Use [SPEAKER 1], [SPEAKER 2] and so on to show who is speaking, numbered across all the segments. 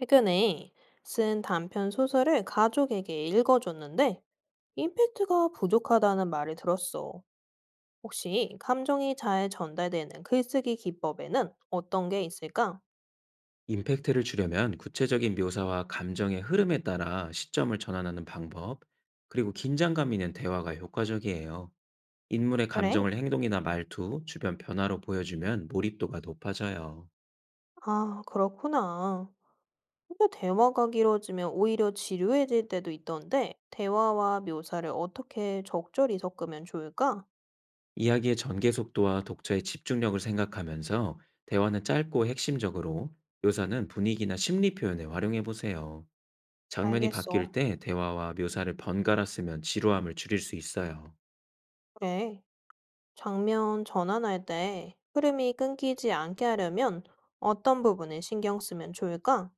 [SPEAKER 1] 최근에 쓴 단편 소설을 가족에게 읽어줬는데 임팩트가 부족하다는 말을 들었어. 혹시 감정이 잘 전달되는 글쓰기 기법에는 어떤 게 있을까?
[SPEAKER 2] 임팩트를 주려면 구체적인 묘사와 감정의 흐름에 따라 시점을 전환하는 방법, 그리고 긴장감 있는 대화가 효과적이에요. 인물의
[SPEAKER 1] 그래.
[SPEAKER 2] 감정을 행동이나 말투, 주변 변화로 보여주면 몰입도가 높아져요.
[SPEAKER 1] 아, 그렇구나. 근데 대화가 길어지면 오히려 지루해질 때도 있던데 대화와 묘사를 어떻게 적절히 섞으면 좋을까?
[SPEAKER 2] 이야기의 전개 속도와 독자의 집중력을 생각하면서 대화는 짧고 핵심적으로, 묘사는 분위기나 심리 표현에 활용해 보세요. 장면이
[SPEAKER 1] 알겠어.
[SPEAKER 2] 바뀔 때 대화와 묘사를 번갈아 쓰면 지루함을 줄일 수 있어요.
[SPEAKER 1] 그래. 장면 전환할 때 흐름이 끊기지 않게 하려면 어떤 부분에 신경 쓰면 좋을까?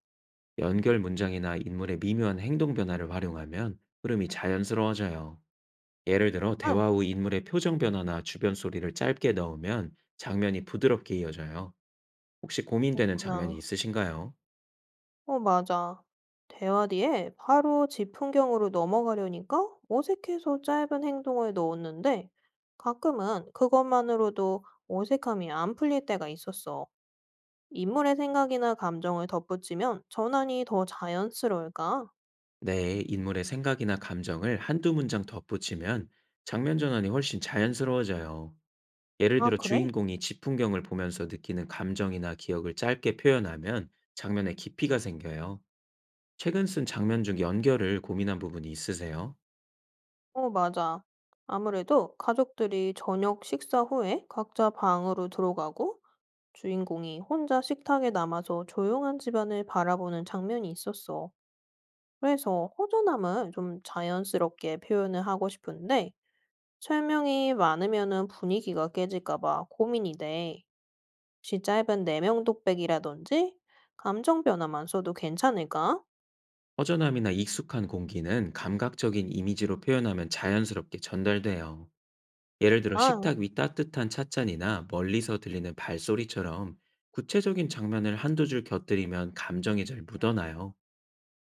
[SPEAKER 2] 연결 문장이나 인물의 미묘한 행동 변화를 활용하면 흐름이 자연스러워져요. 예를 들어,
[SPEAKER 1] 아,
[SPEAKER 2] 대화 후 인물의 표정 변화나 주변 소리를 짧게 넣으면 장면이 부드럽게 이어져요. 혹시 고민되는 장면이
[SPEAKER 1] 있구나.
[SPEAKER 2] 있으신가요?
[SPEAKER 1] 어, 맞아. 대화 뒤에 바로 집 풍경으로 넘어가려니까 어색해서 짧은 행동을 넣었는데 가끔은 그것만으로도 어색함이 안 풀릴 때가 있었어. 인물의 생각이나 감정을 덧붙이면 전환이 더 자연스러울까?
[SPEAKER 2] 네, 인물의 생각이나 감정을 한두 문장 덧붙이면 장면 전환이 훨씬 자연스러워져요. 예를
[SPEAKER 1] 아,
[SPEAKER 2] 들어,
[SPEAKER 1] 그래?
[SPEAKER 2] 주인공이 집 풍경을 보면서 느끼는 감정이나 기억을 짧게 표현하면 장면의 깊이가 생겨요. 최근 쓴 장면 중 연결을 고민한 부분이 있으세요?
[SPEAKER 1] 어, 맞아. 아무래도 가족들이 저녁 식사 후에 각자 방으로 들어가고 주인공이 혼자 식탁에 남아서 조용한 집안을 바라보는 장면이 있었어. 그래서 허전함을 좀 자연스럽게 표현을 하고 싶은데 설명이 많으면은 분위기가 깨질까 봐 고민이 돼. 혹시 짧은 내명 독백이라든지 감정 변화만 써도 괜찮을까?
[SPEAKER 2] 허전함이나 익숙한 공기는 감각적인 이미지로 표현하면 자연스럽게 전달돼요. 예를 들어
[SPEAKER 1] 아,
[SPEAKER 2] 식탁 위 따뜻한 찻잔이나 멀리서 들리는 발소리처럼 구체적인 장면을 한두 줄 곁들이면 감정이 잘 묻어나요.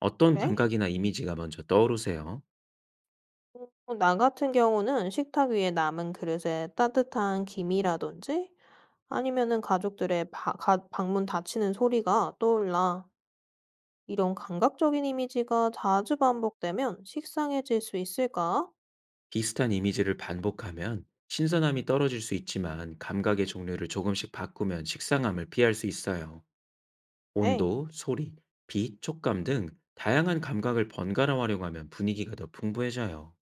[SPEAKER 2] 어떤
[SPEAKER 1] 그래?
[SPEAKER 2] 감각이나 이미지가 먼저 떠오르세요?
[SPEAKER 1] 어 나 같은 경우는 식탁 위에 남은 그릇에 따뜻한 김이라든지 아니면은 가족들의 바 가 방문 닫히는 소리가 떠올라. 이런 감각적인 이미지가 자주 반복되면 식상해질 수 있을까?
[SPEAKER 2] 비슷한 이미지를 반복하면 신선함이 떨어질 수 있지만 감각의 종류를 조금씩 바꾸면 식상함을 피할 수 있어요.
[SPEAKER 1] 네.
[SPEAKER 2] 온도, 소리, 빛, 촉감 등 다양한 감각을 번갈아 활용하면 분위기가 더 풍부해져요.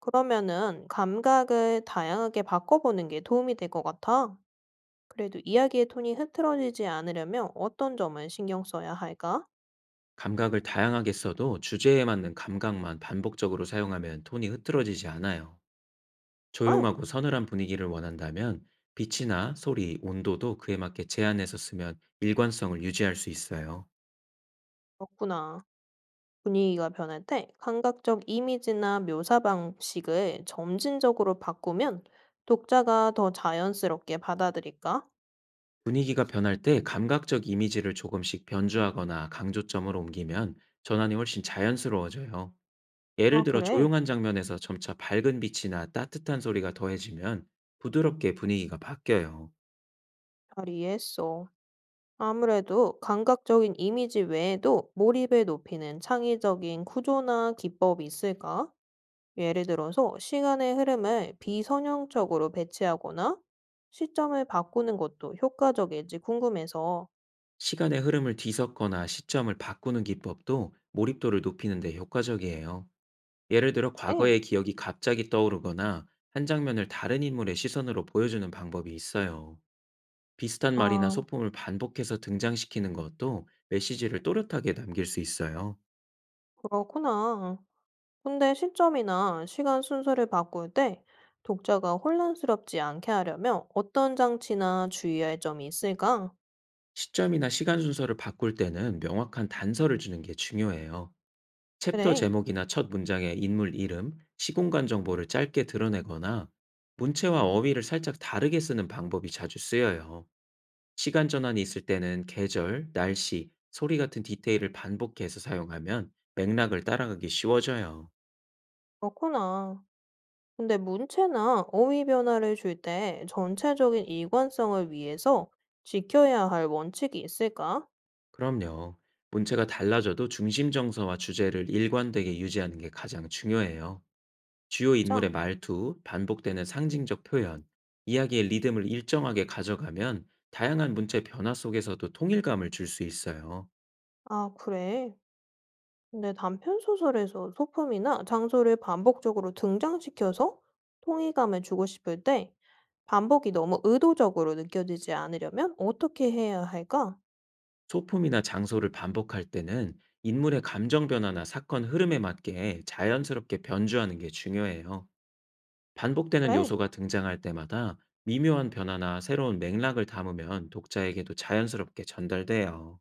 [SPEAKER 1] 그러면은 감각을 다양하게 바꿔보는 게 도움이 될 것 같아. 그래도 이야기의 톤이 흐트러지지 않으려면 어떤 점을 신경 써야 할까?
[SPEAKER 2] 감각을 다양하게 써도 주제에 맞는 감각만 반복적으로 사용하면 톤이 흐트러지지 않아요.
[SPEAKER 1] 아,
[SPEAKER 2] 조용하고 서늘한 분위기를 원한다면 빛이나 소리, 온도도 그에 맞게 제한해서 쓰면 일관성을 유지할 수 있어요.
[SPEAKER 1] 그렇구나. 분위기가 변할 때 감각적 이미지나 묘사 방식을 점진적으로 바꾸면 독자가 더 자연스럽게 받아들일까?
[SPEAKER 2] 분위기가 변할 때 감각적 이미지를 조금씩 변주하거나 강조점을 옮기면 전환이 훨씬 자연스러워져요. 예를
[SPEAKER 1] 아,
[SPEAKER 2] 들어
[SPEAKER 1] 그래.
[SPEAKER 2] 조용한 장면에서 점차 밝은 빛이나 따뜻한 소리가 더해지면 부드럽게 분위기가 바뀌어요.
[SPEAKER 1] 잘 이해했어. 아무래도 감각적인 이미지 외에도 몰입을 높이는 창의적인 구조나 기법이 있을까? 예를 들어서 시간의 흐름을 비선형적으로 배치하거나 시점을 바꾸는 것도 효과적일지 궁금해서.
[SPEAKER 2] 시간의 흐름을 뒤섞거나 시점을 바꾸는 기법도 몰입도를 높이는 데 효과적이에요. 예를 들어
[SPEAKER 1] 네.
[SPEAKER 2] 과거의 기억이 갑자기 떠오르거나 한 장면을 다른 인물의 시선으로 보여주는 방법이 있어요. 비슷한 말이나
[SPEAKER 1] 아,
[SPEAKER 2] 소품을 반복해서 등장시키는 것도 메시지를 또렷하게 남길 수 있어요.
[SPEAKER 1] 그렇구나. 근데 시점이나 시간 순서를 바꿀 때 독자가 혼란스럽지 않게 하려면 어떤 장치나 주의해야 할 점이 있을까?
[SPEAKER 2] 시점이나 시간 순서를 바꿀 때는 명확한 단서를 주는 게 중요해요. 챕터
[SPEAKER 1] 그래,
[SPEAKER 2] 제목이나 첫 문장의 인물 이름, 시공간 정보를 짧게 드러내거나 문체와 어휘를 살짝 다르게 쓰는 방법이 자주 쓰여요. 시간 전환이 있을 때는 계절, 날씨, 소리 같은 디테일을 반복해서 사용하면 맥락을 따라가기 쉬워져요.
[SPEAKER 1] 그렇구나. 근데 문체나 어휘 변화를 줄 때 전체적인 일관성을 위해서 지켜야 할 원칙이 있을까?
[SPEAKER 2] 그럼요. 문체가 달라져도 중심 정서와 주제를 일관되게 유지하는 게 가장 중요해요. 주요
[SPEAKER 1] 자,
[SPEAKER 2] 인물의 말투, 반복되는 상징적 표현, 이야기의 리듬을 일정하게 가져가면 다양한 문체 변화 속에서도 통일감을 줄 수 있어요.
[SPEAKER 1] 아, 그래. 근데 단편 소설에서 소품이나 장소를 반복적으로 등장시켜서 통일감을 주고 싶을 때 반복이 너무 의도적으로 느껴지지 않으려면 어떻게 해야 할까?
[SPEAKER 2] 소품이나 장소를 반복할 때는 인물의 감정 변화나 사건 흐름에 맞게 자연스럽게 변주하는 게 중요해요. 반복되는
[SPEAKER 1] 그래,
[SPEAKER 2] 요소가 등장할 때마다 미묘한 변화나 새로운 맥락을 담으면 독자에게도 자연스럽게 전달돼요.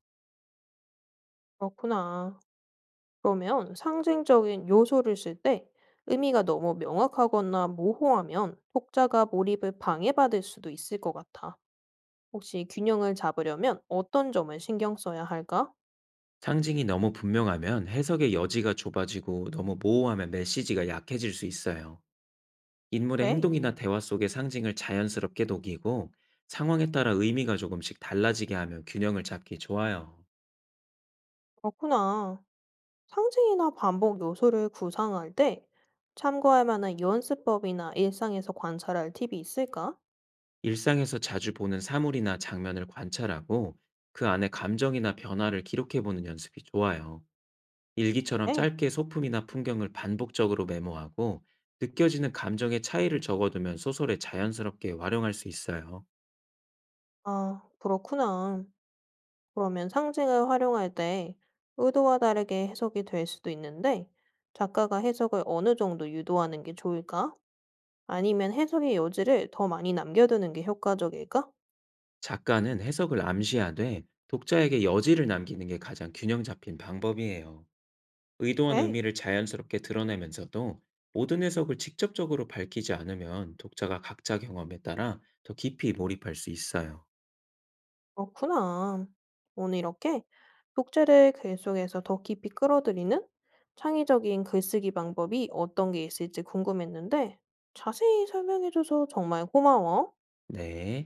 [SPEAKER 1] 그렇구나. 그러면 상징적인 요소를 쓸 때 의미가 너무 명확하거나 모호하면 독자가 몰입을 방해받을 수도 있을 것 같아. 혹시 균형을 잡으려면 어떤 점을 신경 써야 할까?
[SPEAKER 2] 상징이 너무 분명하면 해석의 여지가 좁아지고 너무 모호하면 메시지가 약해질 수 있어요. 인물의
[SPEAKER 1] 그래,
[SPEAKER 2] 행동이나 대화 속의 상징을 자연스럽게 녹이고 상황에 따라 의미가 조금씩 달라지게 하며 균형을 잡기 좋아요.
[SPEAKER 1] 그렇구나. 상징이나 반복 요소를 구상할 때 참고할 만한 연습법이나 일상에서 관찰할 팁이 있을까?
[SPEAKER 2] 일상에서 자주 보는 사물이나 장면을 관찰하고 그 안에 감정이나 변화를 기록해 보는 연습이 좋아요. 일기처럼
[SPEAKER 1] 그래,
[SPEAKER 2] 짧게 소품이나 풍경을 반복적으로 메모하고 느껴지는 감정의 차이를 적어두면 소설에 자연스럽게 활용할 수 있어요.
[SPEAKER 1] 아, 그렇구나. 그러면 상징을 활용할 때 의도와 다르게 해석이 될 수도 있는데, 작가가 해석을 어느 정도 유도하는 게 좋을까? 아니면 해석의 여지를 더 많이 남겨두는 게 효과적일까?
[SPEAKER 2] 작가는 해석을 암시하되 독자에게 여지를 남기는 게 가장 균형 잡힌 방법이에요. 의도한
[SPEAKER 1] 그래,
[SPEAKER 2] 의미를 자연스럽게 드러내면서도 모든 해석을 직접적으로 밝히지 않으면 독자가 각자 경험에 따라 더 깊이 몰입할 수 있어요.
[SPEAKER 1] 그렇구나. 오늘 이렇게 독재를 글 속에서 더 깊이 끌어들이는 창의적인 글쓰기 방법이 어떤 게 있을지 궁금했는데, 자세히 설명해줘서 정말 고마워.
[SPEAKER 2] 네.